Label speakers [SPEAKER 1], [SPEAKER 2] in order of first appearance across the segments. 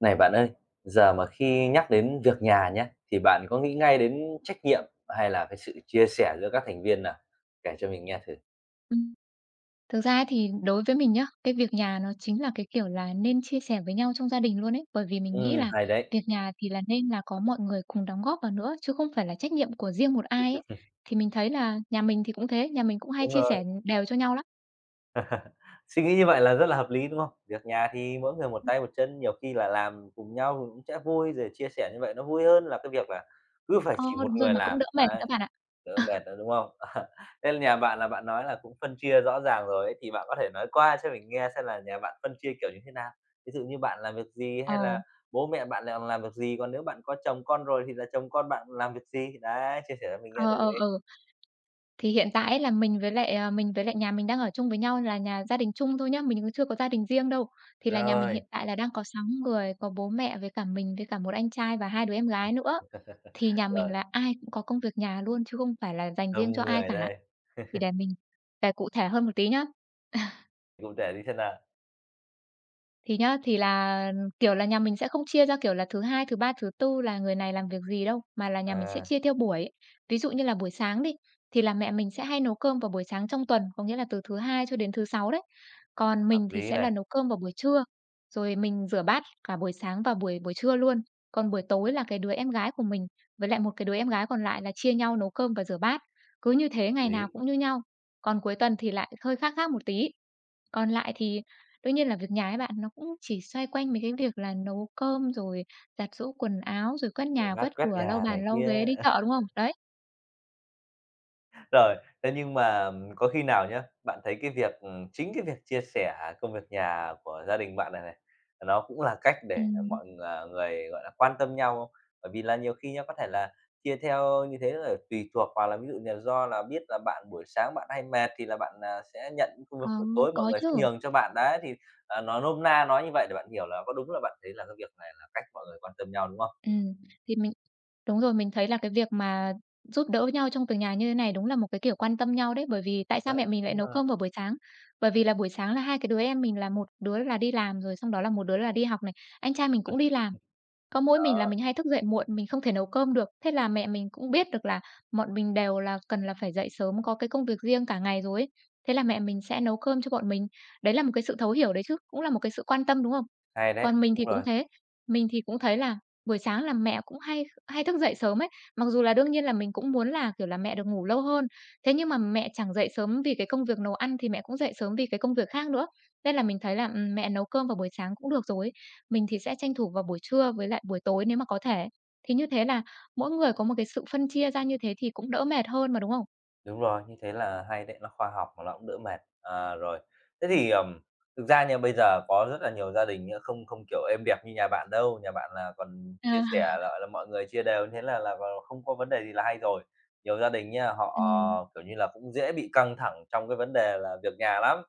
[SPEAKER 1] Này bạn ơi, giờ mà khi nhắc đến việc nhà nhé thì bạn có nghĩ ngay đến trách nhiệm hay là cái sự chia sẻ giữa các thành viên nào? Kể cho mình nghe thử.
[SPEAKER 2] Ừm. Thực ra ấy thì đối với mình nhá, cái việc nhà nó chính là cái kiểu là nên chia sẻ với nhau trong gia đình luôn ấy, bởi vì mình nghĩ là
[SPEAKER 1] Hay đấy.
[SPEAKER 2] việc nhà thì là nên là có mọi người cùng đóng góp vào nữa, chứ không phải là trách nhiệm của riêng một ai ấy. Thì mình thấy là nhà mình thì cũng thế, nhà mình cũng hay
[SPEAKER 1] Đúng
[SPEAKER 2] chia sẻ
[SPEAKER 1] rồi,
[SPEAKER 2] đều cho nhau lắm.
[SPEAKER 1] suy nghĩ như vậy là rất là hợp lý, đúng không? Việc nhà thì mỗi người một tay một chân, nhiều khi là làm cùng nhau cũng sẽ vui, rồi chia sẻ như vậy nó vui hơn là cái việc là cứ phải
[SPEAKER 2] Ờ,
[SPEAKER 1] chỉ một
[SPEAKER 2] đúng rồi,
[SPEAKER 1] người
[SPEAKER 2] mà cũng
[SPEAKER 1] làm.
[SPEAKER 2] đỡ mệt nữa bạn ạ.
[SPEAKER 1] Đỡ mệt nữa, đúng không? Nên nhà bạn là bạn nói là cũng phân chia rõ ràng rồi ấy, thì bạn có thể nói qua cho mình nghe xem là nhà bạn phân chia kiểu như thế nào? Ví dụ như bạn làm việc gì hay
[SPEAKER 2] Ờ,
[SPEAKER 1] là bố mẹ bạn làm việc gì? Còn nếu bạn có chồng con rồi thì là chồng con bạn làm việc gì? Đấy, chia sẻ cho mình nghe
[SPEAKER 2] ờ,
[SPEAKER 1] thử
[SPEAKER 2] ờ,
[SPEAKER 1] đi.
[SPEAKER 2] ờ. Thì hiện tại ấy là mình với lại nhà mình đang ở chung với nhau là nhà gia đình chung thôi nhá, mình cũng chưa có gia đình riêng đâu. Thì là nhà mình
[SPEAKER 1] Rồi,
[SPEAKER 2] hiện tại là đang có 6 người, có bố mẹ với cả mình với cả một anh trai và hai đứa em gái nữa. Thì nhà mình
[SPEAKER 1] rồi,
[SPEAKER 2] là ai cũng có công việc nhà luôn chứ không phải là dành riêng cho
[SPEAKER 1] đông
[SPEAKER 2] ai
[SPEAKER 1] người
[SPEAKER 2] cả.
[SPEAKER 1] đây,
[SPEAKER 2] Thì để mình kể cụ thể hơn một tí nhá.
[SPEAKER 1] cụ thể đi xem nào?
[SPEAKER 2] Thì nhá, thì là, kiểu là, nhà mình sẽ không chia ra, kiểu là, thứ Hai, thứ Ba, thứ Tư là người này làm việc gì đâu, mà là nhà mình sẽ
[SPEAKER 1] À,
[SPEAKER 2] chia theo buổi ấy. Ví dụ như là buổi sáng đi, thì là mẹ mình sẽ hay nấu cơm vào buổi sáng trong tuần, có nghĩa là từ thứ Hai cho đến thứ Sáu đấy. Còn
[SPEAKER 1] hợp
[SPEAKER 2] mình thì
[SPEAKER 1] lý
[SPEAKER 2] sẽ là
[SPEAKER 1] này,
[SPEAKER 2] nấu cơm vào buổi trưa, rồi mình rửa bát cả buổi sáng và buổi buổi trưa luôn. Còn buổi tối là cái đứa em gái của mình với lại một cái đứa em gái còn lại là chia nhau nấu cơm và rửa bát, cứ như
[SPEAKER 1] hợp
[SPEAKER 2] thế ngày
[SPEAKER 1] lý,
[SPEAKER 2] nào cũng như nhau. Còn cuối tuần thì lại hơi khác khác một tí. Còn lại thì đương nhiên là việc nhà ấy bạn, nó cũng chỉ xoay quanh mấy cái việc là nấu cơm, rồi giặt giũ quần áo, rồi quét
[SPEAKER 1] rửa
[SPEAKER 2] nhà,
[SPEAKER 1] bát,
[SPEAKER 2] quét
[SPEAKER 1] quét
[SPEAKER 2] cửa, lau
[SPEAKER 1] nhà
[SPEAKER 2] bàn,
[SPEAKER 1] này
[SPEAKER 2] lau
[SPEAKER 1] kia.
[SPEAKER 2] ghế, đi chợ, đúng không? Đấy.
[SPEAKER 1] Rồi, thế nhưng mà có khi nào nhá, bạn thấy cái việc chính cái việc chia sẻ công việc nhà của gia đình bạn này này, nó cũng là cách để
[SPEAKER 2] Ừm.
[SPEAKER 1] mọi người, gọi là, quan tâm nhau không? Bởi vì là nhiều khi nhá, có thể là chia theo như thế là tùy thuộc hoặc là ví dụ như là do là biết là bạn buổi sáng bạn hay mệt thì là bạn, sẽ nhận những công việc
[SPEAKER 2] Ờ,
[SPEAKER 1] buổi tối mọi
[SPEAKER 2] có
[SPEAKER 1] người sẽ
[SPEAKER 2] chứ.
[SPEAKER 1] nhường cho bạn. Đấy, thì, nói nôm na nói như vậy để bạn hiểu là có đúng là bạn thấy là cái việc này là cách mọi người quan tâm nhau, đúng không?
[SPEAKER 2] Ừm, thì mình Đúng rồi, mình thấy là cái việc mà giúp đỡ nhau trong việc nhà như thế này đúng là một cái kiểu quan tâm nhau đấy. Bởi vì tại sao
[SPEAKER 1] Đấy.
[SPEAKER 2] mẹ mình lại
[SPEAKER 1] Đúng
[SPEAKER 2] nấu
[SPEAKER 1] rồi.
[SPEAKER 2] cơm vào buổi sáng? Bởi vì là buổi sáng là hai cái đứa em mình là một đứa là đi làm rồi xong đó là một đứa là đi học này, anh trai mình cũng đi làm. Có mỗi mình là
[SPEAKER 1] Đó,
[SPEAKER 2] mình hay thức dậy muộn, mình không thể nấu cơm được. Thế là mẹ mình cũng biết được là bọn mình đều là cần là phải dậy sớm, có cái công việc riêng cả ngày rồi ấy. Thế là mẹ mình sẽ nấu cơm cho bọn mình. Đấy là một cái sự thấu hiểu đấy chứ, cũng là một cái sự quan tâm, đúng không?
[SPEAKER 1] hay đấy,
[SPEAKER 2] Còn mình
[SPEAKER 1] đúng
[SPEAKER 2] thì cũng
[SPEAKER 1] rồi.
[SPEAKER 2] thế, mình thì cũng thấy là buổi sáng là mẹ cũng hay hay thức dậy sớm ấy, mặc dù là đương nhiên là mình cũng muốn là, kiểu là, mẹ được ngủ lâu hơn. Thế nhưng mà mẹ chẳng dậy sớm vì cái công việc nấu ăn thì mẹ cũng dậy sớm vì cái công việc khác nữa. Nên là mình thấy là, mẹ nấu cơm vào buổi sáng cũng được rồi ấy. Mình thì sẽ tranh thủ vào buổi trưa với lại buổi tối nếu mà có thể. Thì như thế là mỗi người có một cái sự phân chia ra như thế thì cũng đỡ mệt hơn mà, đúng không?
[SPEAKER 1] Đúng rồi, như thế là hay đấy, nó khoa học mà nó cũng đỡ mệt. À, rồi, thế thì, thực ra nha, bây giờ có rất là nhiều gia đình nhá, không không, kiểu, êm đẹp như nhà bạn đâu, nhà bạn là còn chia sẻ
[SPEAKER 2] À.
[SPEAKER 1] là, gọi là, mọi người chia đều thế là còn không có vấn đề gì là hay rồi. Nhiều gia đình nha,
[SPEAKER 2] Ừm,
[SPEAKER 1] họ, kiểu như là, cũng dễ bị căng thẳng trong cái vấn đề là việc nhà lắm,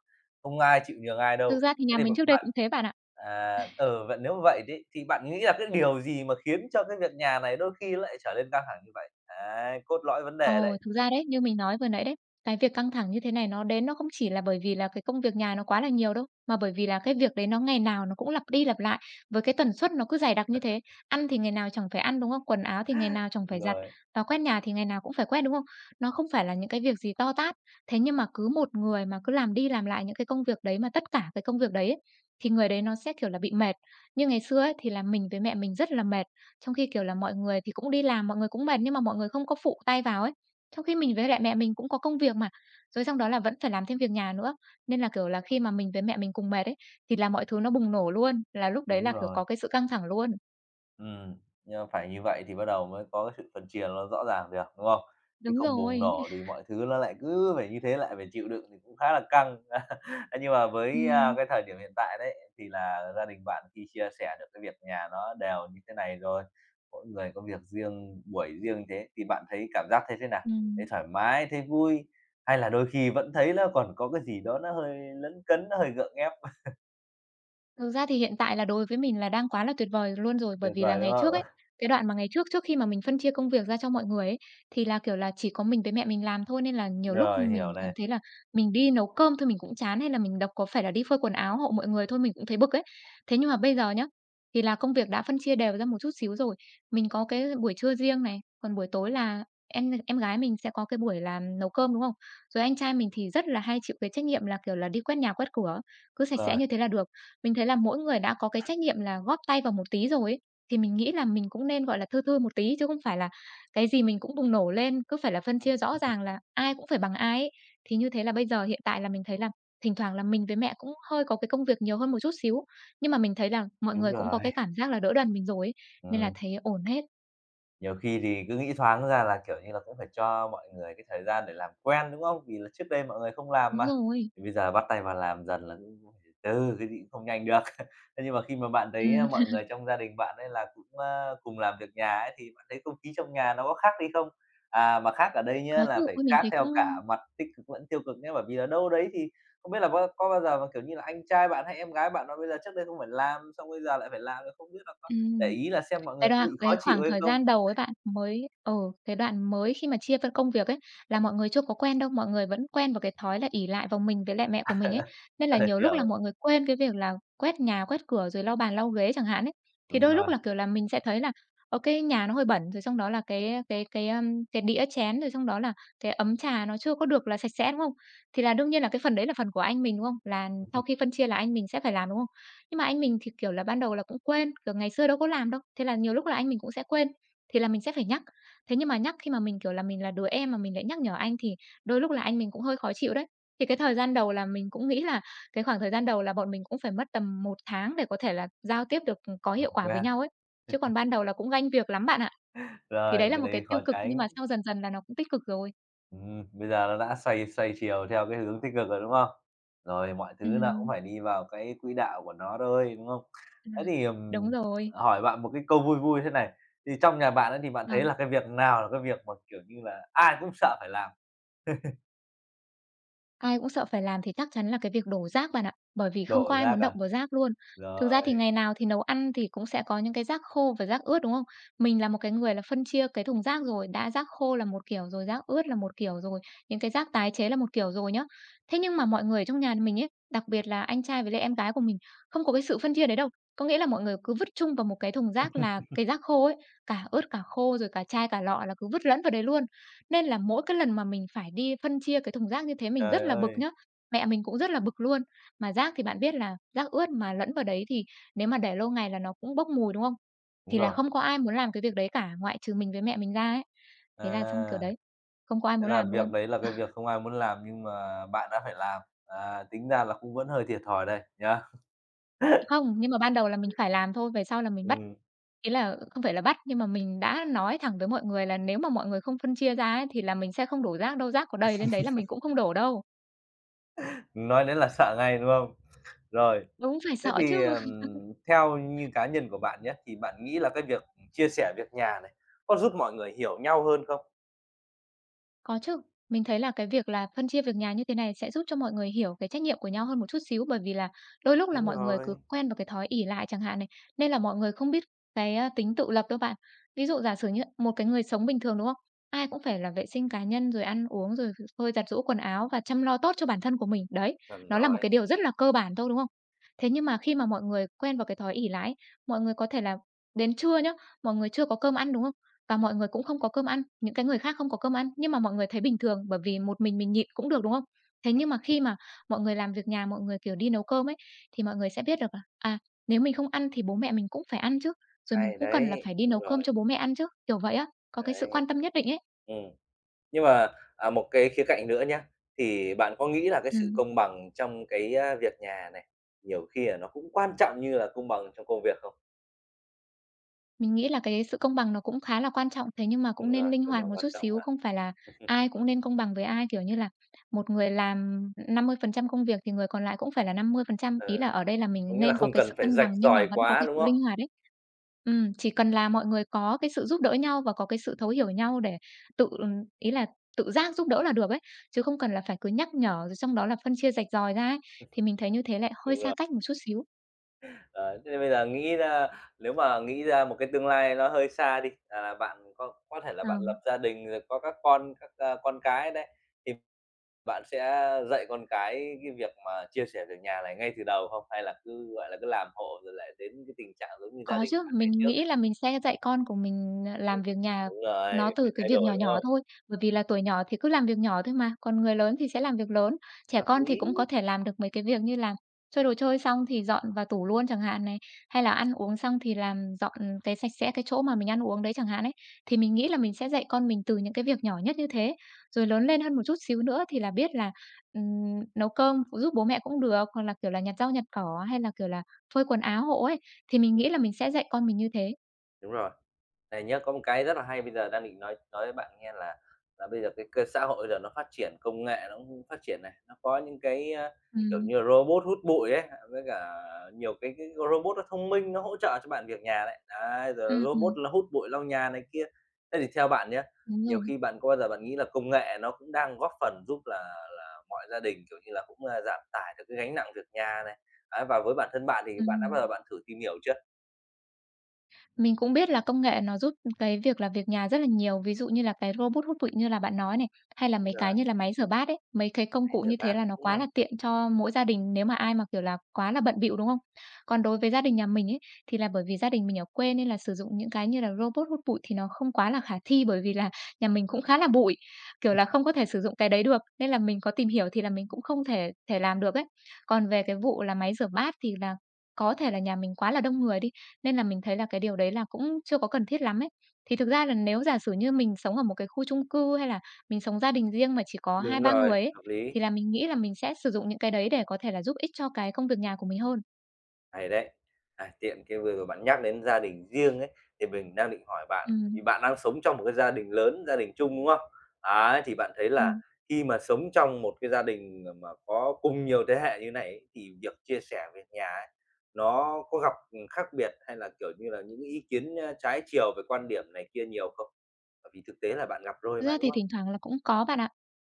[SPEAKER 1] không ai chịu nhường ai
[SPEAKER 2] Thực
[SPEAKER 1] đâu.
[SPEAKER 2] ra thì nhà
[SPEAKER 1] Thế
[SPEAKER 2] mình
[SPEAKER 1] thì
[SPEAKER 2] trước đây
[SPEAKER 1] bạn
[SPEAKER 2] cũng thế bạn ạ.
[SPEAKER 1] à, vậy nếu vậy đấy, thì bạn nghĩ là cái điều gì mà khiến cho cái việc nhà này đôi khi lại trở nên căng thẳng như vậy? Đấy, cốt lõi vấn đề
[SPEAKER 2] Ồ,
[SPEAKER 1] đấy.
[SPEAKER 2] thực ra đấy, như mình nói vừa nãy đấy, cái việc căng thẳng như thế này nó đến nó không chỉ là bởi vì là cái công việc nhà nó quá là nhiều đâu, mà bởi vì là cái việc đấy nó ngày nào nó cũng lặp đi lặp lại với cái tần suất nó cứ dày đặc như thế. Ăn thì ngày nào chẳng phải ăn, đúng không? Quần áo thì ngày nào chẳng
[SPEAKER 1] Đúng
[SPEAKER 2] phải giặt,
[SPEAKER 1] rồi.
[SPEAKER 2] và quét nhà thì ngày nào cũng phải quét, đúng không? Nó không phải là những cái việc gì to tát. Thế nhưng mà cứ một người mà cứ làm đi làm lại những cái công việc đấy mà tất cả cái công việc đấy ấy, thì người đấy nó sẽ kiểu là bị mệt. Như ngày xưa ấy, thì là mình với mẹ mình rất là mệt, trong khi kiểu là mọi người thì cũng đi làm, mọi người cũng mệt nhưng mà mọi người không có phụ tay vào ấy trong khi mình với lại mẹ mình cũng có công việc mà, rồi xong đó là vẫn phải làm thêm việc nhà nữa. Nên là, kiểu là, khi mà mình với mẹ mình cùng mệt ấy, thì là mọi thứ nó bùng nổ luôn, là lúc đấy
[SPEAKER 1] Đúng
[SPEAKER 2] là, kiểu,
[SPEAKER 1] rồi,
[SPEAKER 2] có cái sự căng thẳng luôn.
[SPEAKER 1] ừm, nhưng mà phải như vậy thì bắt đầu mới có cái sự phân chia nó rõ ràng được, đúng không? Chứ
[SPEAKER 2] Đúng
[SPEAKER 1] không bùng
[SPEAKER 2] rồi.
[SPEAKER 1] nổ thì mọi thứ nó lại cứ phải như thế, lại phải chịu đựng thì cũng khá là căng. Nhưng mà với,
[SPEAKER 2] Ừm,
[SPEAKER 1] cái thời điểm hiện tại đấy, thì là gia đình bạn khi chia sẻ được cái việc nhà nó đều như thế này rồi, mỗi người có việc riêng, buổi riêng như thế thì bạn thấy cảm giác thấy thế nào? Thấy
[SPEAKER 2] ừm.
[SPEAKER 1] thoải mái, thấy vui, hay là đôi khi vẫn thấy nó còn có cái gì đó nó hơi lấn cấn, nó hơi gượng ép?
[SPEAKER 2] Thực ra thì hiện tại là đối với mình là đang quá là tuyệt vời luôn rồi, bởi
[SPEAKER 1] Tuyệt
[SPEAKER 2] vì là
[SPEAKER 1] vời, đúng
[SPEAKER 2] ngày trước ấy,
[SPEAKER 1] không?
[SPEAKER 2] cái đoạn mà ngày trước, trước khi mà mình phân chia công việc ra cho mọi người ấy, thì là, kiểu là, chỉ có mình với mẹ mình làm thôi, nên là nhiều lúc
[SPEAKER 1] Rồi,
[SPEAKER 2] mình
[SPEAKER 1] hiểu
[SPEAKER 2] cảm
[SPEAKER 1] này,
[SPEAKER 2] thấy là mình đi nấu cơm thôi mình cũng chán, hay là mình đọc có phải là đi phơi quần áo hộ mọi người thôi mình cũng thấy bực ấy. Thế nhưng mà bây giờ nhá, thì là công việc đã phân chia đều ra một chút xíu rồi. Mình có cái buổi trưa riêng này, còn buổi tối là em gái mình sẽ có cái buổi làm nấu cơm, đúng không? Rồi anh trai mình thì rất là hay chịu cái trách nhiệm là, kiểu là, đi quét nhà quét cửa, cứ sạch sẽ
[SPEAKER 1] rồi,
[SPEAKER 2] như thế là được. Mình thấy là mỗi người đã có cái trách nhiệm là góp tay vào một tí rồi ấy, thì mình nghĩ là mình cũng nên, gọi là, thư thư một tí, chứ không phải là cái gì mình cũng bùng nổ lên, cứ phải là phân chia rõ ràng là ai cũng phải bằng ai ấy. Thì như thế là bây giờ hiện tại là mình thấy là thỉnh thoảng là mình với mẹ cũng hơi có cái công việc nhiều hơn một chút xíu, nhưng mà mình thấy là mọi
[SPEAKER 1] đúng
[SPEAKER 2] người cũng có
[SPEAKER 1] rồi.
[SPEAKER 2] cái cảm giác là đỡ đần mình rồi ấy, nên là
[SPEAKER 1] Ừ.
[SPEAKER 2] thấy ổn hết.
[SPEAKER 1] Nhiều khi thì cứ nghĩ thoáng ra là, kiểu như là, cũng phải cho mọi người cái thời gian để làm quen, đúng không? Vì là trước đây mọi người không làm
[SPEAKER 2] Đúng
[SPEAKER 1] mà,
[SPEAKER 2] rồi.
[SPEAKER 1] thì bây giờ bắt tay vào làm dần là cũng cũng phải từ từ, cái gì cũng không nhanh được. Thế nhưng mà khi mà bạn thấy,
[SPEAKER 2] Ừm,
[SPEAKER 1] mọi người trong gia đình bạn ấy là cũng, cùng làm việc nhà ấy, thì bạn thấy không khí trong nhà nó có khác đi không? À, mà khác ở đây nhá,
[SPEAKER 2] có
[SPEAKER 1] là
[SPEAKER 2] chứ.
[SPEAKER 1] phải
[SPEAKER 2] Ôi, mình
[SPEAKER 1] khác
[SPEAKER 2] thấy cũng
[SPEAKER 1] theo cả mặt tích cực lẫn tiêu cực nhé. Bởi vì là đâu đấy thì không biết là có bao giờ mà, kiểu như là, anh trai bạn hay em gái bạn nó bây giờ trước đây không phải làm, xong bây giờ lại phải làm, thì không biết là có để
[SPEAKER 2] ừm.
[SPEAKER 1] ý là xem mọi người có bị khó
[SPEAKER 2] Cái
[SPEAKER 1] chịu
[SPEAKER 2] khoảng
[SPEAKER 1] hay
[SPEAKER 2] thời
[SPEAKER 1] không?
[SPEAKER 2] gian đầu ấy bạn, mới ừ, cái đoạn mới khi mà chia phân công việc ấy, là mọi người chưa có quen đâu, mọi người vẫn quen vào cái thói là ỷ lại vào mình với lại mẹ của mình ấy. Nên là
[SPEAKER 1] Trời,
[SPEAKER 2] nhiều lúc là
[SPEAKER 1] hiểu,
[SPEAKER 2] mọi người quên cái việc là quét nhà, quét cửa rồi lau bàn lau ghế chẳng hạn ấy. Thì
[SPEAKER 1] đúng
[SPEAKER 2] đôi lúc
[SPEAKER 1] rồi,
[SPEAKER 2] là, kiểu là, mình sẽ thấy là, cái nhà nó hơi bẩn, rồi xong đó là cái đĩa chén, rồi xong đó là cái ấm trà nó chưa có được là sạch sẽ, đúng không? Thì là đương nhiên là cái phần đấy là phần của anh mình, đúng không? Là sau khi phân chia là anh mình sẽ phải làm, đúng không? Nhưng mà anh mình thì, kiểu là, ban đầu là cũng quên, kiểu, ngày xưa đâu có làm đâu, thế là nhiều lúc là anh mình cũng sẽ quên, thì là mình sẽ phải nhắc. Thế nhưng mà nhắc khi mà mình, kiểu là, mình là đứa em mà mình lại nhắc nhở anh thì đôi lúc là anh mình cũng hơi khó chịu đấy. Thì cái thời gian đầu là mình cũng nghĩ là cái khoảng thời gian đầu là bọn mình cũng phải mất tầm một tháng để có thể là giao tiếp được, có
[SPEAKER 1] làm
[SPEAKER 2] hiệu quả với
[SPEAKER 1] quen,
[SPEAKER 2] nhau ấy, chứ còn ban đầu là cũng ganh việc lắm bạn ạ. Thì đấy
[SPEAKER 1] rồi
[SPEAKER 2] là
[SPEAKER 1] cái
[SPEAKER 2] một cái
[SPEAKER 1] đấy
[SPEAKER 2] tiêu
[SPEAKER 1] khó
[SPEAKER 2] cực nhưng
[SPEAKER 1] tránh.
[SPEAKER 2] mà sau dần dần là nó cũng tích cực rồi.
[SPEAKER 1] Bây giờ nó đã xoay xoay chiều theo cái hướng tích cực rồi, đúng không? Rồi mọi thứ nó cũng
[SPEAKER 2] Ừm.
[SPEAKER 1] phải đi vào cái quỹ đạo của nó thôi, đúng không?
[SPEAKER 2] À,
[SPEAKER 1] Thế thì,
[SPEAKER 2] đúng rồi.
[SPEAKER 1] hỏi bạn một cái câu vui vui thế này, thì trong nhà bạn ấy thì bạn
[SPEAKER 2] Ờ.
[SPEAKER 1] thấy là cái việc nào là cái việc mà, kiểu như là, ai cũng sợ phải làm,
[SPEAKER 2] Ai cũng sợ phải làm thì chắc chắn là cái việc đổ rác bạn ạ, bởi vì không
[SPEAKER 1] đổ
[SPEAKER 2] có ai
[SPEAKER 1] ra
[SPEAKER 2] muốn động
[SPEAKER 1] cả
[SPEAKER 2] vào rác luôn. Thực ra thì
[SPEAKER 1] Rồi,
[SPEAKER 2] ngày nào thì nấu ăn thì cũng sẽ có những cái rác khô và rác ướt, đúng không? Mình là một cái người là phân chia cái thùng rác rồi, đã rác khô là một kiểu rồi, rác ướt là một kiểu rồi, những cái rác tái chế là một kiểu rồi nhá. Thế nhưng mà mọi người trong nhà mình ấy, đặc biệt là anh trai với lại em gái của mình, không có cái sự phân chia đấy đâu. Có nghĩa là mọi người cứ vứt chung vào một cái thùng rác là cái rác khô ấy, cả ướt cả khô rồi cả chai cả lọ là cứ vứt lẫn vào đấy luôn. Nên là mỗi cái lần mà mình phải đi phân chia cái thùng rác như thế mình rất
[SPEAKER 1] trời
[SPEAKER 2] là bực
[SPEAKER 1] ơi,
[SPEAKER 2] nhá, mẹ mình cũng rất là bực luôn. Mà rác thì bạn biết là rác ướt mà lẫn vào đấy thì nếu mà để lâu ngày là nó cũng bốc mùi, đúng không?
[SPEAKER 1] đúng
[SPEAKER 2] Thì là
[SPEAKER 1] rồi.
[SPEAKER 2] không có ai muốn làm cái việc đấy cả, ngoại trừ mình với mẹ mình ra ấy. Thế là xong, kiểu
[SPEAKER 1] À,
[SPEAKER 2] đấy, không có ai
[SPEAKER 1] thế
[SPEAKER 2] muốn
[SPEAKER 1] là
[SPEAKER 2] làm luôn.
[SPEAKER 1] việc đấy là cái việc không ai muốn làm nhưng mà bạn đã phải làm, à, tính ra là cũng vẫn hơi thiệt thòi đây, nhá
[SPEAKER 2] Không, nhưng mà ban đầu là mình phải làm thôi, về sau là mình bắt
[SPEAKER 1] Ừm,
[SPEAKER 2] ý là không phải là bắt, nhưng mà mình đã nói thẳng với mọi người là nếu mà mọi người không phân chia ra ấy thì là mình sẽ không đổ rác đâu, rác có đầy lên đấy là mình cũng không đổ đâu.
[SPEAKER 1] nói đến là sợ ngay, đúng không? Rồi,
[SPEAKER 2] Đúng, phải
[SPEAKER 1] thế
[SPEAKER 2] sợ chứ.
[SPEAKER 1] thì, theo như cá nhân của bạn nhé thì bạn nghĩ là cái việc chia sẻ việc nhà này có giúp mọi người hiểu nhau hơn không?
[SPEAKER 2] Có chứ. Mình thấy là cái việc là phân chia việc nhà như thế này sẽ giúp cho mọi người hiểu cái trách nhiệm của nhau hơn một chút xíu, bởi vì là đôi lúc là
[SPEAKER 1] Đúng
[SPEAKER 2] mọi người cứ
[SPEAKER 1] rồi,
[SPEAKER 2] quen vào cái thói ỷ lại chẳng hạn này, nên là mọi người không biết cái, a, tính tự lập đâu bạn. Ví dụ giả sử như một cái người sống bình thường, đúng không? Ai cũng phải là vệ sinh cá nhân, rồi ăn uống, rồi phơi giặt giũ quần áo và chăm lo tốt cho bản thân của mình. Đấy,
[SPEAKER 1] chuẩn
[SPEAKER 2] nó là một cái
[SPEAKER 1] rồi,
[SPEAKER 2] điều rất là cơ bản thôi, đúng không? Thế nhưng mà khi mà mọi người quen vào cái thói ỷ lại mọi người có thể là đến trưa nhá, mọi người chưa có cơm ăn, đúng không? Và mọi người cũng không có cơm ăn, những cái người khác không có cơm ăn, nhưng mà mọi người thấy bình thường bởi vì một mình nhịn cũng được, đúng không? Thế nhưng mà khi mà mọi người làm việc nhà, mọi người, kiểu, đi nấu cơm ấy, thì mọi người sẽ biết được là, à, nếu mình không ăn thì bố mẹ mình cũng phải ăn chứ, rồi mình
[SPEAKER 1] hay
[SPEAKER 2] cũng
[SPEAKER 1] đấy,
[SPEAKER 2] cần là phải đi nấu
[SPEAKER 1] đúng
[SPEAKER 2] cơm
[SPEAKER 1] rồi,
[SPEAKER 2] cho bố mẹ ăn chứ, kiểu vậy á, có cái sự
[SPEAKER 1] đấy.
[SPEAKER 2] quan tâm nhất định ấy.
[SPEAKER 1] Ừm, nhưng mà, một cái khía cạnh nữa nhá, thì bạn có nghĩ là cái sự
[SPEAKER 2] Ừm.
[SPEAKER 1] công bằng trong cái, việc nhà này, nhiều khi là nó cũng quan trọng như là công bằng trong công việc không?
[SPEAKER 2] Mình nghĩ là cái sự công bằng nó cũng khá là quan trọng, thế nhưng mà cũng
[SPEAKER 1] Đúng
[SPEAKER 2] nên
[SPEAKER 1] rồi,
[SPEAKER 2] linh
[SPEAKER 1] công
[SPEAKER 2] hoạt một
[SPEAKER 1] bằng quan
[SPEAKER 2] chút
[SPEAKER 1] trọng
[SPEAKER 2] xíu,
[SPEAKER 1] mà.
[SPEAKER 2] không phải là ai cũng nên công bằng với ai, kiểu như là, một người làm 50% công việc thì người còn lại cũng phải là 50%.
[SPEAKER 1] Ừ,
[SPEAKER 2] Ý là ở đây là
[SPEAKER 1] có
[SPEAKER 2] mình
[SPEAKER 1] nghĩa là
[SPEAKER 2] nên có
[SPEAKER 1] không
[SPEAKER 2] cái
[SPEAKER 1] cần
[SPEAKER 2] sự
[SPEAKER 1] phải
[SPEAKER 2] cân
[SPEAKER 1] rạch
[SPEAKER 2] bằng nhưng mà
[SPEAKER 1] ròi
[SPEAKER 2] vẫn có
[SPEAKER 1] quá,
[SPEAKER 2] cái
[SPEAKER 1] đúng
[SPEAKER 2] sự
[SPEAKER 1] không?
[SPEAKER 2] linh hoạt đấy. Chỉ cần là mọi người có cái sự giúp đỡ nhau và có cái sự thấu hiểu nhau để tự ý là tự giác giúp đỡ là được ấy, chứ không cần là phải cứ nhắc nhở rồi trong đó là phân chia rạch ròi ra ấy, thì mình thấy như thế lại hơi
[SPEAKER 1] Đúng
[SPEAKER 2] xa
[SPEAKER 1] rồi.
[SPEAKER 2] cách một chút xíu.
[SPEAKER 1] Ờ, thế nên bây giờ nghĩ ra nếu mà nghĩ ra một cái tương lai nó hơi xa đi, à, là bạn có thể là
[SPEAKER 2] Ờ.
[SPEAKER 1] bạn lập gia đình rồi có các con các, a, con cái đấy, thì bạn sẽ dạy con cái việc mà chia sẻ việc nhà này ngay từ đầu không? Hay là cứ, gọi là, cứ làm hộ rồi lại đến cái tình trạng giống như gia
[SPEAKER 2] Có
[SPEAKER 1] đình
[SPEAKER 2] chứ,
[SPEAKER 1] bạn ngày
[SPEAKER 2] mình
[SPEAKER 1] trước?
[SPEAKER 2] nghĩ là mình sẽ dạy con của mình, à, làm việc nhà
[SPEAKER 1] Đúng rồi,
[SPEAKER 2] nó từ
[SPEAKER 1] phải
[SPEAKER 2] cái
[SPEAKER 1] thay
[SPEAKER 2] việc nhỏ
[SPEAKER 1] đổi, đúng
[SPEAKER 2] nhỏ
[SPEAKER 1] không?
[SPEAKER 2] thôi, bởi vì là tuổi nhỏ thì cứ làm việc nhỏ thôi mà, còn người lớn thì sẽ làm việc lớn. Trẻ
[SPEAKER 1] Hợp
[SPEAKER 2] con thì
[SPEAKER 1] lý.
[SPEAKER 2] cũng có thể làm được mấy cái việc như là chơi đồ chơi xong thì dọn vào tủ luôn chẳng hạn này, hay là ăn uống xong thì làm dọn cái sạch sẽ cái chỗ mà mình ăn uống đấy chẳng hạn ấy. Thì mình nghĩ là mình sẽ dạy con mình từ những cái việc nhỏ nhất như thế, rồi lớn lên hơn một chút xíu nữa thì là biết là, ừm, nấu cơm giúp bố mẹ cũng được, hoặc là, kiểu là, nhặt rau nhặt cỏ hay là, kiểu là, phơi quần áo hộ ấy. Thì mình nghĩ
[SPEAKER 1] Ừm,
[SPEAKER 2] là mình sẽ dạy con mình như thế.
[SPEAKER 1] đúng rồi. Này nhá, có một cái rất là hay bây giờ đang định nói với bạn nghe là bây giờ cái cơ xã hội giờ nó phát triển, công nghệ nó cũng phát triển này, nó có những cái, kiểu
[SPEAKER 2] Ừm,
[SPEAKER 1] như robot hút bụi ấy, với cả nhiều cái robot nó thông minh, nó hỗ trợ cho bạn việc nhà đấy. Đấy, rồi
[SPEAKER 2] ừm,
[SPEAKER 1] robot
[SPEAKER 2] ừm,
[SPEAKER 1] nó hút bụi lau nhà này kia. Thế thì theo bạn nhé
[SPEAKER 2] đúng
[SPEAKER 1] nhiều
[SPEAKER 2] rồi.
[SPEAKER 1] khi bạn có bao giờ bạn nghĩ là công nghệ nó cũng đang góp phần giúp là mọi gia đình, kiểu như là, cũng, giảm tải được cái gánh nặng việc nhà này? Ấy, và với bản thân bạn thì bạn đã bao giờ
[SPEAKER 2] Ừm.
[SPEAKER 1] bạn thử tìm hiểu chưa?
[SPEAKER 2] Mình cũng biết là công nghệ nó giúp cái việc là việc nhà rất là nhiều, ví dụ như là cái robot hút bụi như là bạn nói này, hay là
[SPEAKER 1] Đúng
[SPEAKER 2] mấy cái
[SPEAKER 1] rồi,
[SPEAKER 2] như là máy rửa bát ấy, mấy cái công
[SPEAKER 1] máy
[SPEAKER 2] cụ
[SPEAKER 1] rửa
[SPEAKER 2] như thế
[SPEAKER 1] bát,
[SPEAKER 2] là nó
[SPEAKER 1] đúng
[SPEAKER 2] quá
[SPEAKER 1] rồi.
[SPEAKER 2] là tiện cho mỗi gia đình nếu mà ai mà, kiểu là, quá là bận bịu, đúng không? Còn đối với gia đình nhà mình ấy, thì là bởi vì gia đình mình ở quê nên là sử dụng những cái như là robot hút bụi thì nó không quá là khả thi, bởi vì là nhà mình cũng khá là bụi, kiểu là, không có thể sử dụng cái đấy được, nên là mình có tìm hiểu thì là mình cũng không thể thể làm được ấy. Còn về cái vụ là máy rửa bát thì là có thể là nhà mình quá là đông người đi, nên là mình thấy là cái điều đấy là cũng chưa có cần thiết lắm ấy. Thì thực ra là nếu giả sử như mình sống ở một cái khu chung cư hay là mình sống gia đình riêng mà chỉ có hai
[SPEAKER 1] Đúng
[SPEAKER 2] ba
[SPEAKER 1] rồi,
[SPEAKER 2] người ấy,
[SPEAKER 1] hợp
[SPEAKER 2] thì
[SPEAKER 1] lý,
[SPEAKER 2] là mình nghĩ là mình sẽ sử dụng những cái đấy để có thể là giúp ích cho cái công việc nhà của mình hơn.
[SPEAKER 1] hay đấy. À, tiện cái vừa rồi bạn nhắc đến gia đình riêng ấy, thì mình đang định hỏi bạn, bởi
[SPEAKER 2] Ừm,
[SPEAKER 1] vì bạn đang sống trong một cái gia đình lớn, gia đình chung, đúng không? Ấy, thì bạn thấy là
[SPEAKER 2] ừm.
[SPEAKER 1] khi mà sống trong một cái gia đình mà có cùng nhiều thế hệ như này ấy, thì việc chia sẻ việc nhà ấy, nó có gặp, khác biệt hay là, kiểu như là, những ý kiến, trái chiều về quan điểm này kia nhiều không? Bởi vì thực tế là bạn gặp rồi
[SPEAKER 2] Thực
[SPEAKER 1] mà,
[SPEAKER 2] ra
[SPEAKER 1] đúng
[SPEAKER 2] thì
[SPEAKER 1] không?
[SPEAKER 2] thỉnh thoảng là cũng có bạn ạ.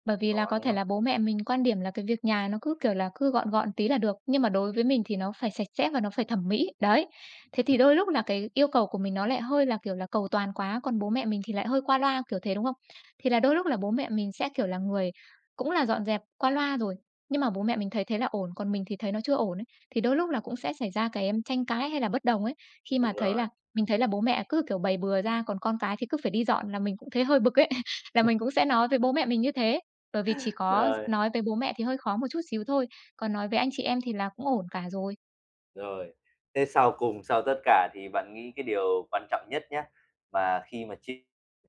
[SPEAKER 2] Bởi vì là
[SPEAKER 1] Có,
[SPEAKER 2] có
[SPEAKER 1] đúng
[SPEAKER 2] thể
[SPEAKER 1] không?
[SPEAKER 2] là bố mẹ mình quan điểm là cái việc nhà nó cứ, kiểu là, cứ gọn gọn tí là được, nhưng mà đối với mình thì nó phải sạch sẽ và nó phải thẩm mỹ, đấy. Thế thì đôi lúc là cái yêu cầu của mình nó lại hơi là, kiểu là, cầu toàn quá, còn bố mẹ mình thì lại hơi qua loa, kiểu thế, đúng không? Thì là đôi lúc là bố mẹ mình sẽ, kiểu là, người cũng là dọn dẹp qua loa rồi, nhưng mà bố mẹ mình thấy thế là ổn, còn mình thì thấy nó chưa ổn ấy, thì đôi lúc là cũng sẽ xảy ra cái em tranh cãi hay là bất đồng ấy. Khi mà
[SPEAKER 1] Đúng
[SPEAKER 2] thấy
[SPEAKER 1] rồi,
[SPEAKER 2] là mình thấy là bố mẹ cứ, kiểu, bày bừa ra, còn con cái thì cứ phải đi dọn là mình cũng thấy hơi bực ấy là mình cũng sẽ nói với bố mẹ mình như thế, bởi vì chỉ có
[SPEAKER 1] rồi.
[SPEAKER 2] nói với bố mẹ thì hơi khó một chút xíu thôi, còn nói với anh chị em thì là cũng ổn cả rồi.
[SPEAKER 1] Rồi, thế sau cùng, sau tất cả thì bạn nghĩ cái điều quan trọng nhất nhá, mà khi mà chia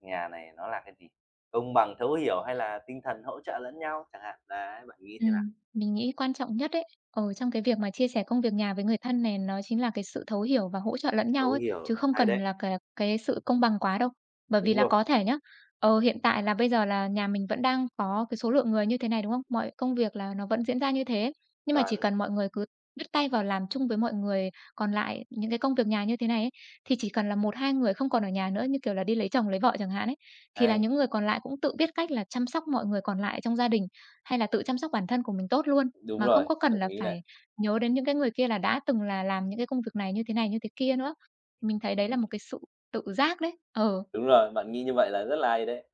[SPEAKER 1] nhà này nó là cái gì? Công bằng, thấu hiểu hay là tinh thần hỗ trợ lẫn nhau chẳng hạn, đấy, bạn nghĩ thế nào?
[SPEAKER 2] Mình nghĩ quan trọng nhất ấy, ở trong cái việc mà chia sẻ công việc nhà với người thân này nó chính là cái sự thấu hiểu và hỗ trợ lẫn nhau
[SPEAKER 1] Thấu
[SPEAKER 2] ấy, chứ
[SPEAKER 1] hiểu,
[SPEAKER 2] không
[SPEAKER 1] hay
[SPEAKER 2] cần
[SPEAKER 1] đấy,
[SPEAKER 2] là cái sự công bằng quá đâu. Bởi vì
[SPEAKER 1] đúng
[SPEAKER 2] là
[SPEAKER 1] rồi,
[SPEAKER 2] có thể nhá, ờ, hiện tại là bây giờ là nhà mình vẫn đang có cái số lượng người như thế này, đúng không? Mọi công việc là nó vẫn diễn ra như thế, nhưng mà chỉ
[SPEAKER 1] chuẩn,
[SPEAKER 2] cần mọi người cứ bắt tay vào làm chung với mọi người còn lại những cái công việc nhà như thế này ấy, thì chỉ cần là một 2 người không còn ở nhà nữa, như kiểu là, đi lấy chồng lấy vợ chẳng hạn ấy, thì là
[SPEAKER 1] hay,
[SPEAKER 2] những người còn lại cũng tự biết cách là chăm sóc mọi người còn lại trong gia đình. Hay là tự chăm sóc bản thân của mình tốt luôn,
[SPEAKER 1] đúng
[SPEAKER 2] mà
[SPEAKER 1] rồi,
[SPEAKER 2] không có cần
[SPEAKER 1] đồng
[SPEAKER 2] là
[SPEAKER 1] ý
[SPEAKER 2] phải
[SPEAKER 1] này,
[SPEAKER 2] nhớ đến những cái người kia là đã từng là làm những cái công việc này, như thế kia nữa. Mình thấy đấy là một cái sự tự giác đấy. Ờ.
[SPEAKER 1] đúng rồi, bạn nghĩ như vậy là rất là hay đấy.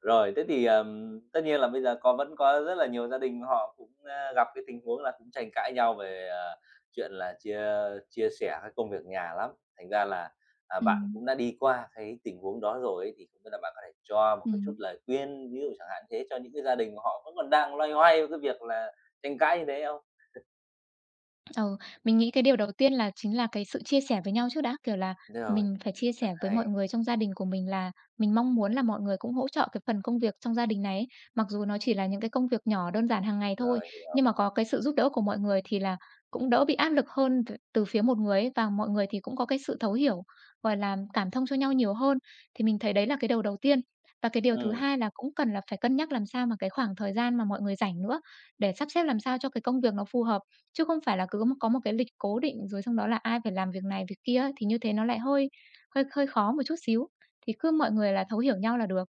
[SPEAKER 1] Rồi, thế thì, tất nhiên là bây giờ có vẫn có rất là nhiều gia đình họ cũng, gặp cái tình huống là cũng tranh cãi nhau về, chuyện là chia chia sẻ cái công việc nhà lắm. Thành ra là, à, bạn
[SPEAKER 2] Ừm,
[SPEAKER 1] cũng đã đi qua cái tình huống đó rồi ấy, thì không biết là bạn có thể cho một cái chút
[SPEAKER 2] ừm.
[SPEAKER 1] lời khuyên, ví dụ chẳng hạn thế, cho những cái gia đình mà họ vẫn còn đang loay hoay với cái việc là tranh cãi như thế không?
[SPEAKER 2] Ừ, mình nghĩ cái điều đầu tiên là chính là cái sự chia sẻ với nhau trước đã, kiểu là,
[SPEAKER 1] Rồi,
[SPEAKER 2] mình phải chia
[SPEAKER 1] thật
[SPEAKER 2] sẻ với mọi
[SPEAKER 1] hay,
[SPEAKER 2] người trong gia đình của mình là mình mong muốn là mọi người cũng hỗ trợ cái phần công việc trong gia đình này ấy. Mặc dù nó chỉ là những cái công việc nhỏ đơn giản hàng ngày thôi,
[SPEAKER 1] rồi,
[SPEAKER 2] nhưng mà có cái sự giúp đỡ của mọi người thì là cũng đỡ bị áp lực hơn từ phía một người ấy, và mọi người thì cũng có cái sự thấu hiểu, gọi là, cảm thông cho nhau nhiều hơn. Thì mình thấy đấy là cái điều đầu tiên. Và cái điều thứ
[SPEAKER 1] ừ
[SPEAKER 2] hai là cũng cần là phải cân nhắc làm sao mà cái khoảng thời gian mà mọi người rảnh nữa, để sắp xếp làm sao cho cái công việc nó phù hợp. Chứ không phải là cứ có một cái lịch cố định rồi xong đó là ai phải làm việc này, việc kia ấy, thì như thế nó lại hơi hơi hơi khó một chút xíu, thì cứ mọi người là thấu hiểu nhau là được.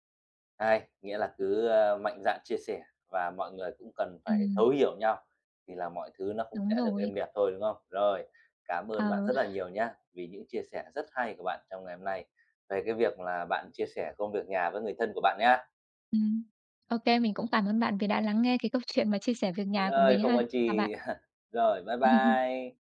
[SPEAKER 1] Hay, nghĩa là cứ, ơ, mạnh dạn chia sẻ và mọi người cũng cần phải
[SPEAKER 2] Ừm,
[SPEAKER 1] thấu hiểu nhau thì là mọi thứ nó cũng
[SPEAKER 2] đúng
[SPEAKER 1] sẽ được
[SPEAKER 2] rồi.
[SPEAKER 1] êm đẹp thôi, đúng không? Rồi, cảm ơn bạn
[SPEAKER 2] Ờ,
[SPEAKER 1] rất là nhiều nhá, vì những chia sẻ rất hay của bạn trong ngày hôm nay về cái việc là bạn chia sẻ công việc nhà với người thân của bạn nhá.
[SPEAKER 2] ừm. Ô kê, mình cũng cảm ơn bạn vì đã lắng nghe cái câu chuyện mà chia sẻ việc nhà của
[SPEAKER 1] Rồi,
[SPEAKER 2] mình
[SPEAKER 1] không
[SPEAKER 2] ha.
[SPEAKER 1] có
[SPEAKER 2] Chào bạn.
[SPEAKER 1] chi. Rồi, bye bye.